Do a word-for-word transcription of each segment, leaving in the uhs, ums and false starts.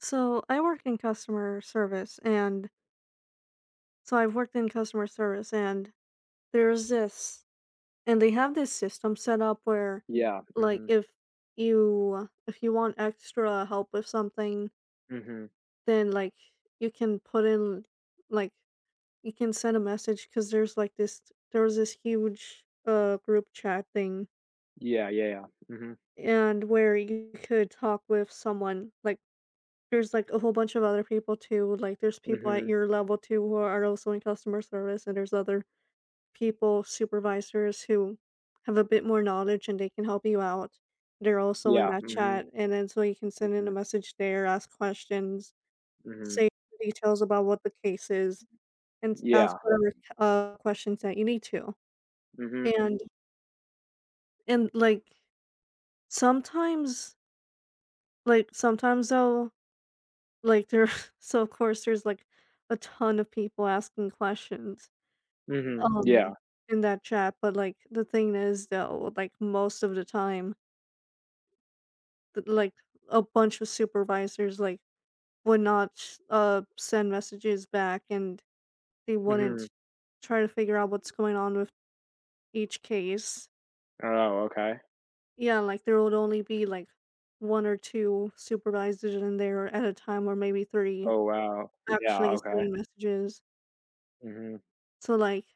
So I work in customer service and so I've worked in customer service and there's this and they have this system set up where, Yeah, like, mhm, if you if you want extra help with something, mhm. then, like, you can put in, like, you can send a message cuz there's, like, this there was this huge uh group chat thing Yeah, yeah, yeah. Mhm, and where you could talk with someone. Like, there's, like, a whole bunch of other people too, like, there's people at mhm. your level too who are also in customer service, and there's other people, supervisors, who have a bit more knowledge and they can help you out. They're also in Yeah, that mhm, chat, and then so you can send in a mhm, message there, ask questions, mhm. say details about what the case is, and Yeah, ask whatever, uh, questions that you need to. mhm, And and, like, sometimes, like, sometimes though Like, there so, of course, there's, like, a ton of people asking questions, mhm. Yeah, um, in that chat, but, like, the thing is, though, like, most of the time, th like, a bunch of supervisors, like, would not, uh, send messages back, and they mhm. wouldn't try to figure out what's going on with each case. Oh, okay. Yeah, like, there would only be, like, one or two supervisors in there at a time, or maybe three Oh, wow. Yeah, actually okay. sending messages. Mhm, So, like,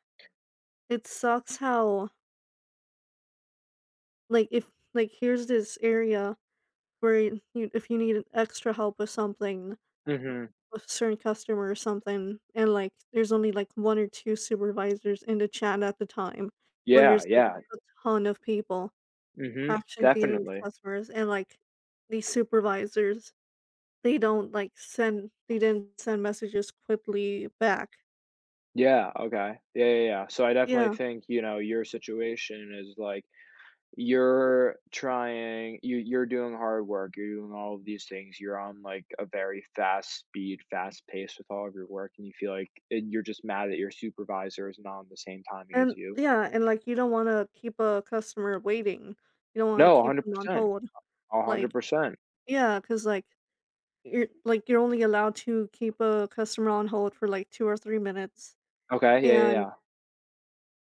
it sucks how, like, if like, here's this area where you if you need extra help with something, mhm. with a certain customer or something, and, like, there's only, like, one or two supervisors in the chat at the time, when Yeah, there's, like, yeah. a ton of people Mhm, actually dealing with definitely. customers and, like, these supervisors, they don't, like, send they didn't send messages quickly back. Yeah, okay. Yeah, yeah, yeah. So I definitely Yeah, think, you know, your situation is, like, you're trying you you're doing hard work, you're doing all of these things, you're on, like, a very fast speed fast pace with all of your work, and you feel like, and you're just mad that your supervisor is not on the same timing as and you. yeah, and, like, you don't wanna keep a customer waiting. You don't wanna No, keep them on one hundred percent. hold, like, one hundred percent. yeah because like you're like, you're only allowed to keep a customer on hold for, like, two or three minutes, Okay. Yeah, yeah, and yeah.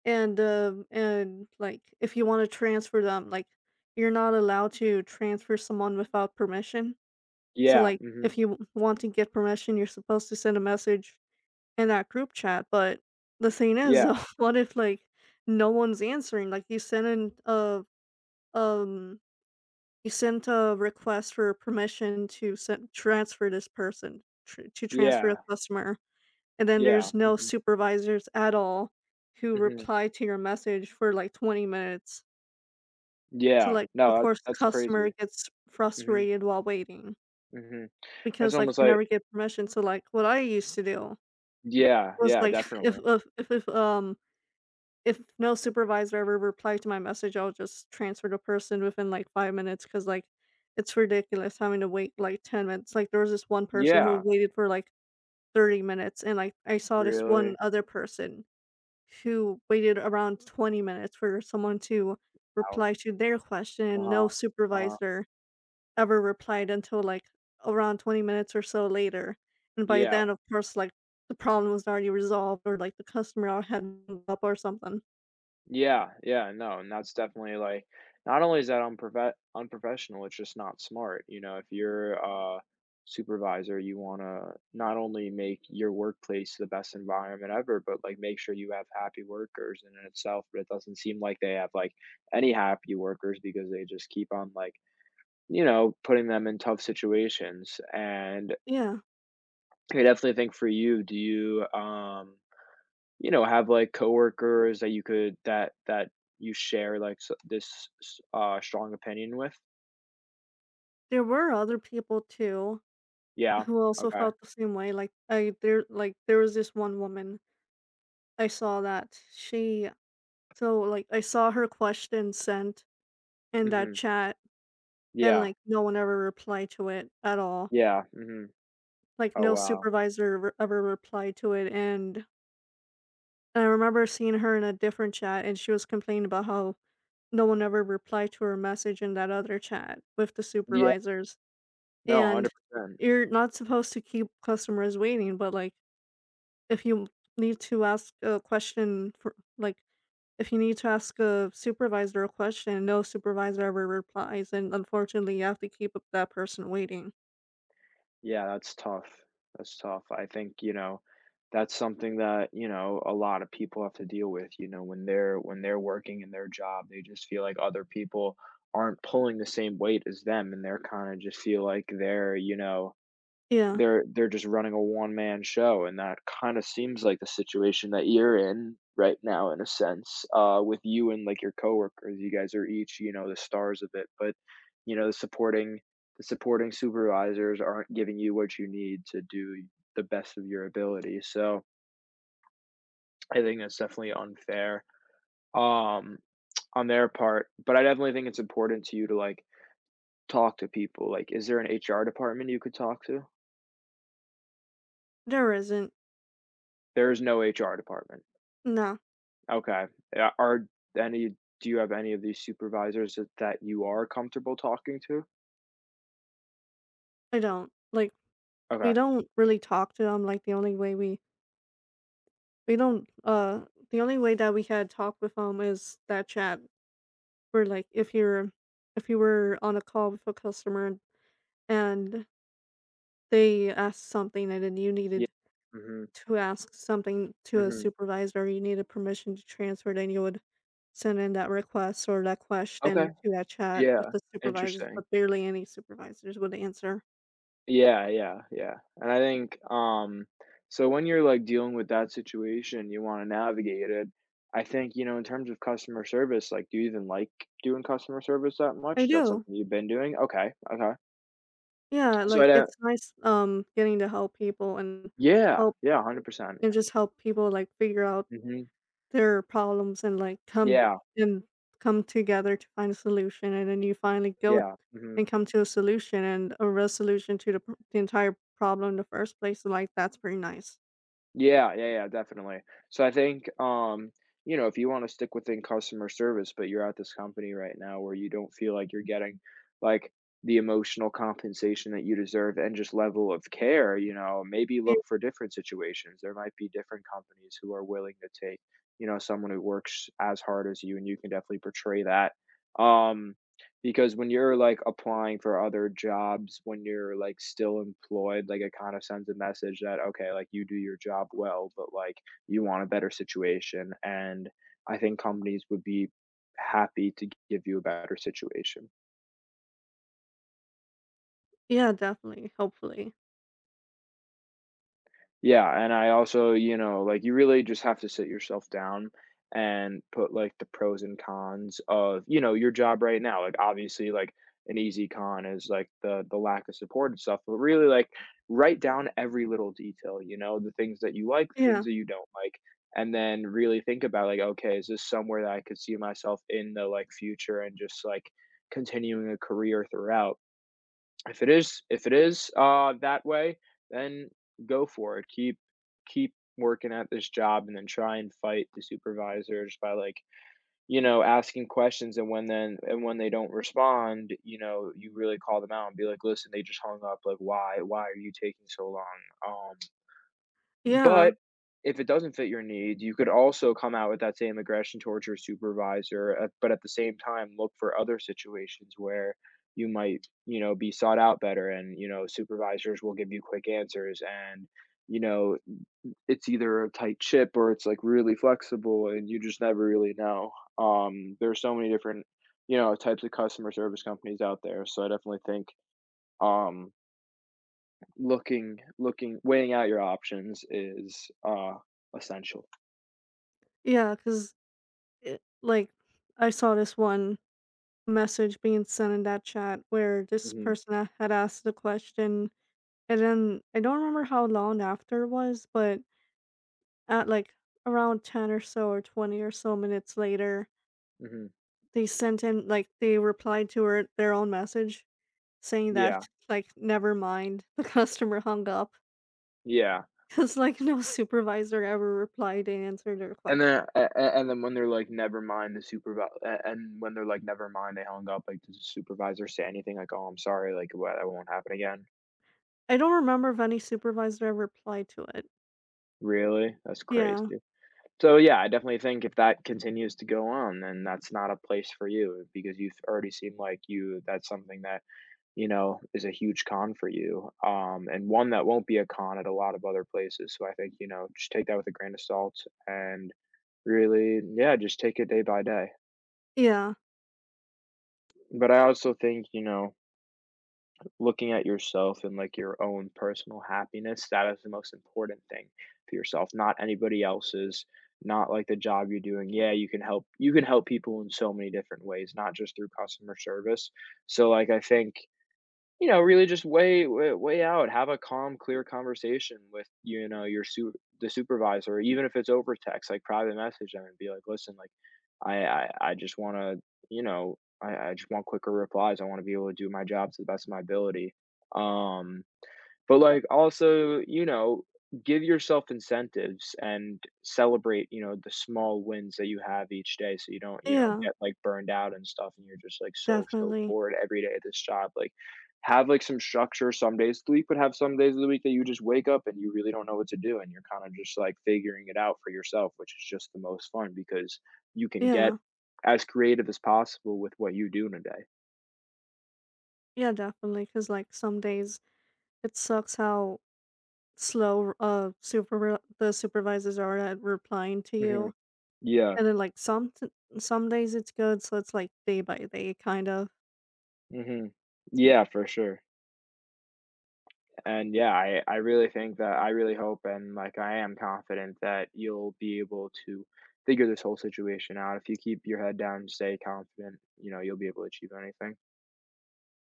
and, um, and, like, if you wanna transfer them, like, you're not allowed to transfer someone without permission. So, Yeah, like, hmm. if you w want to get permission, you're supposed to send a message in that group chat, but the thing is, Yeah, though, what if, like, no one's answering? Like, you send in a um, you sent a request for permission to send transfer this person tr to transfer yeah, a customer, and then yeah. there's no Hmm. supervisors at all who Hmm. reply to your message for like twenty minutes. So, Yeah. like, of No, that, course, the that's customer crazy. gets Hmm. frustrated while waiting Hmm. That's because, like, almost you like, never get permission. So, like, what I used to do yeah, was, yeah, like, if definitely. if if, if um if no supervisor ever replied to my message, I'll just transfer the person within like five minutes because, like, it's ridiculous having to wait like ten minutes. Like, there was this one person who Yeah, waited for like thirty minutes, and, like, I saw this one really. other person who waited around twenty minutes for someone to Wow. reply to their question. Uh-huh, No uh-huh. supervisor ever replied until, like, around twenty minutes or so later. And by Yeah. then, of course, like, the problem was already resolved or like the customer al- had hung up or something. Yeah, yeah, no, and that's definitely, like, not only is that unprofe unprofessional, it's just not smart. You know, if you're a supervisor, you want to not only make your workplace the best environment ever, but, like, make sure you have happy workers in it itself. But it doesn't seem like they have, like, any happy workers because they just keep on, like, you know, putting them in tough situations. And Yeah. I definitely think for you, do you, um you know, have, like, coworkers that you could, that that you share, like, s this s uh, strong opinion with? There were other people too Yeah. who also Okay. felt the same way. Like I there like there was this one woman. I saw that she so like I saw her question sent in that Mhm. chat, and, Yeah. like, no one ever replied to it at all. Yeah. Mhm. Like, Oh, no wow. supervisor ever ever replied to it, and I remember seeing her in a different chat, and she was complaining about how no one ever replied to her message in that other chat with the Yeah. supervisors. No, And one hundred percent. you're not supposed to keep customers waiting, but, like, if you need to ask a question for like, if you need to ask a supervisor a question, no supervisor ever replies, and unfortunately, you have to keep that person waiting. Yeah, that's tough. That's tough. I think, you know, that's something that, you know, a lot of people have to deal with, you know, when they're when they're working in their job. They just feel like other people aren't pulling the same weight as them, and they're kinda just feel like they're, you know Yeah. they're they're just running a one-man show, and that kinda seems like the situation that you're in right now, in a sense, uh, with you and, like, your coworkers. You guys are each, you know, the stars of it, but, you know, the supporting the supporting supervisors aren't giving you what you need to do the best of your ability. So I think that's definitely unfair, um, on their part, but I definitely think it's important to you to, like, talk to people, like, is there an H R department you could talk to? There isn't. There is no H R department. No, Okay. Yeah, are any do you have any of these supervisors that that you are comfortable talking to? I don't. Like, we Okay. don't really talk to them, like, the only way we we don't, uh the only way that we had talk with them is that chat where, like, if you're if you were on a call with a customer and they asked something and then you Yeah. needed Mhm, to ask something to a mhm. supervisor, you needed permission to transfer, then you would send in that request or that Okay. question to that chat Yeah, with the supervisors, interesting. but barely any supervisors would answer. Yeah, yeah, yeah, and I think, um so when you're, like, dealing with that situation, you wanna navigate it. I think, you know, in terms of customer service, like, do you even like doing customer service that much? I Is that do. something you've been doing? Okay, okay. Yeah, So I like, don't. it's nice, um, getting to help people and Yeah, help yeah, one hundred percent. and just help people, like, figure out Mhm. their problems and, like, come Yeah, and come together to find a solution, and then you finally go yeah, mhm. and come to a solution and a resolution to the pr the entire problem in the first place, and, like, that's pretty nice. Yeah, yeah, yeah, definitely. So I think, um, you know, if you want to stick within customer service, but you're at this company right now where you don't feel like you're getting, like, the emotional compensation that you deserve and just level of care, you know, maybe Ye look for different situations. There might be different companies who are willing to take, you know, someone who works as hard as you, and you can definitely portray that. Um, because when you're, like, applying for other jobs, when you're, like, still employed, like, it kinda sends a message that, okay, like, you do your job well, but, like, you want a better situation, and I think companies would be happy to give you a better situation. Yeah, definitely, hopefully. Yeah, and I also, you know, like, you really just have to sit yourself down and put, like, the pros and cons of, you know, your job right now. Like, obviously, like, an easy con is like the the lack of support and stuff, but really, like, write down every little detail, you know, the things that you like, the things Yeah. that you don't like, and then really think about, like, okay, is this somewhere that I could see myself in the, like, future and just, like, continuing a career throughout? If it is if it is, uh, that way, then go for it. Keep keep working at this job and then try and fight the supervisors by, like, you know, asking questions, and when then and when they don't respond, you know, you really call them out and be like, "Listen, they just hung up, like, why why are you taking so long?" Um Yeah. but if it doesn't fit your need, you could also come out with that same aggression towards your supervisor, uh, but at the same time, look for other situations where you might, you know, be sought out better, and, you know, supervisors will give you quick answers, and, you know, it's either a tight ship or it's, like, really flexible and you just never really know. Um, there's so many different, you know, types of customer service companies out there. So I definitely think, um, Looking looking weighing out your options is, uh, essential. yeah because like, I saw this one message being sent in that chat where this Mhm, person a had asked the question. And then I don't remember how long after it was, but at like around ten or so or twenty or so minutes later, mhm. they sent in like they replied to her their own message saying Yeah, that, like, never mind, the customer hung up yeah, because, like, no supervisor ever replied and answered their and question. then a a and then when they're like, "Never mind," the supervisor, and when they're like, "Never mind," they hung up, like, does the supervisor say anything like, "Oh, I'm sorry, like, what, that won't happen again?" I don't remember if any supervisor ever replied to it. Really? That's crazy. Yeah. So, yeah, I definitely think if that continues to go on, then that's not a place for you, because you've already seemed like you that's something that, you know, is a huge con for you, um, and one that won't be a con at a lot of other places. So I think, you know, just take that with a grain of salt and really, yeah, just take it day by day. Yeah. But I also think, you know, looking at yourself and, like, your own personal happiness, that is the most important thing to yourself, not anybody else's, not like the job you're doing. Yeah, you can help you can help people in so many different ways, not just through customer service. So, like, I think, you know, really just weigh weigh weigh out, have a calm, clear conversation with, you know, your su the supervisor, even if it's over text, like, private message them and be like, "Listen, like, I I I just wanna, you know, I I just want quicker replies. I wanna be able to do my job to the best of my ability." Um but, like, also, you know, give yourself incentives and celebrate, you know, the small wins that you have each day so you don't, you know, Yeah. get, like, burned out and stuff, and you're just, like, so, so Definitely. bored every day at this job, like, have, like, some structure some days of the week, but have some days of the week that you just wake up and you really don't know what to do and you're kinda just, like, figuring it out for yourself, which is just the most fun because you can get Yeah. as creative as possible with what you do in a day. Yeah, definitely. Cause, like, some days it sucks how slow uh super the supervisors are at replying to Mhm. you, Yeah. and then like some t- some days it's good, so it's like day by day kind of. Mhm. Yeah, for sure. And yeah, I, I really think that, I really hope, and, like, I am confident that you'll be able to figure this whole situation out. If you keep your head down and stay confident, you know, you'll be able to achieve anything.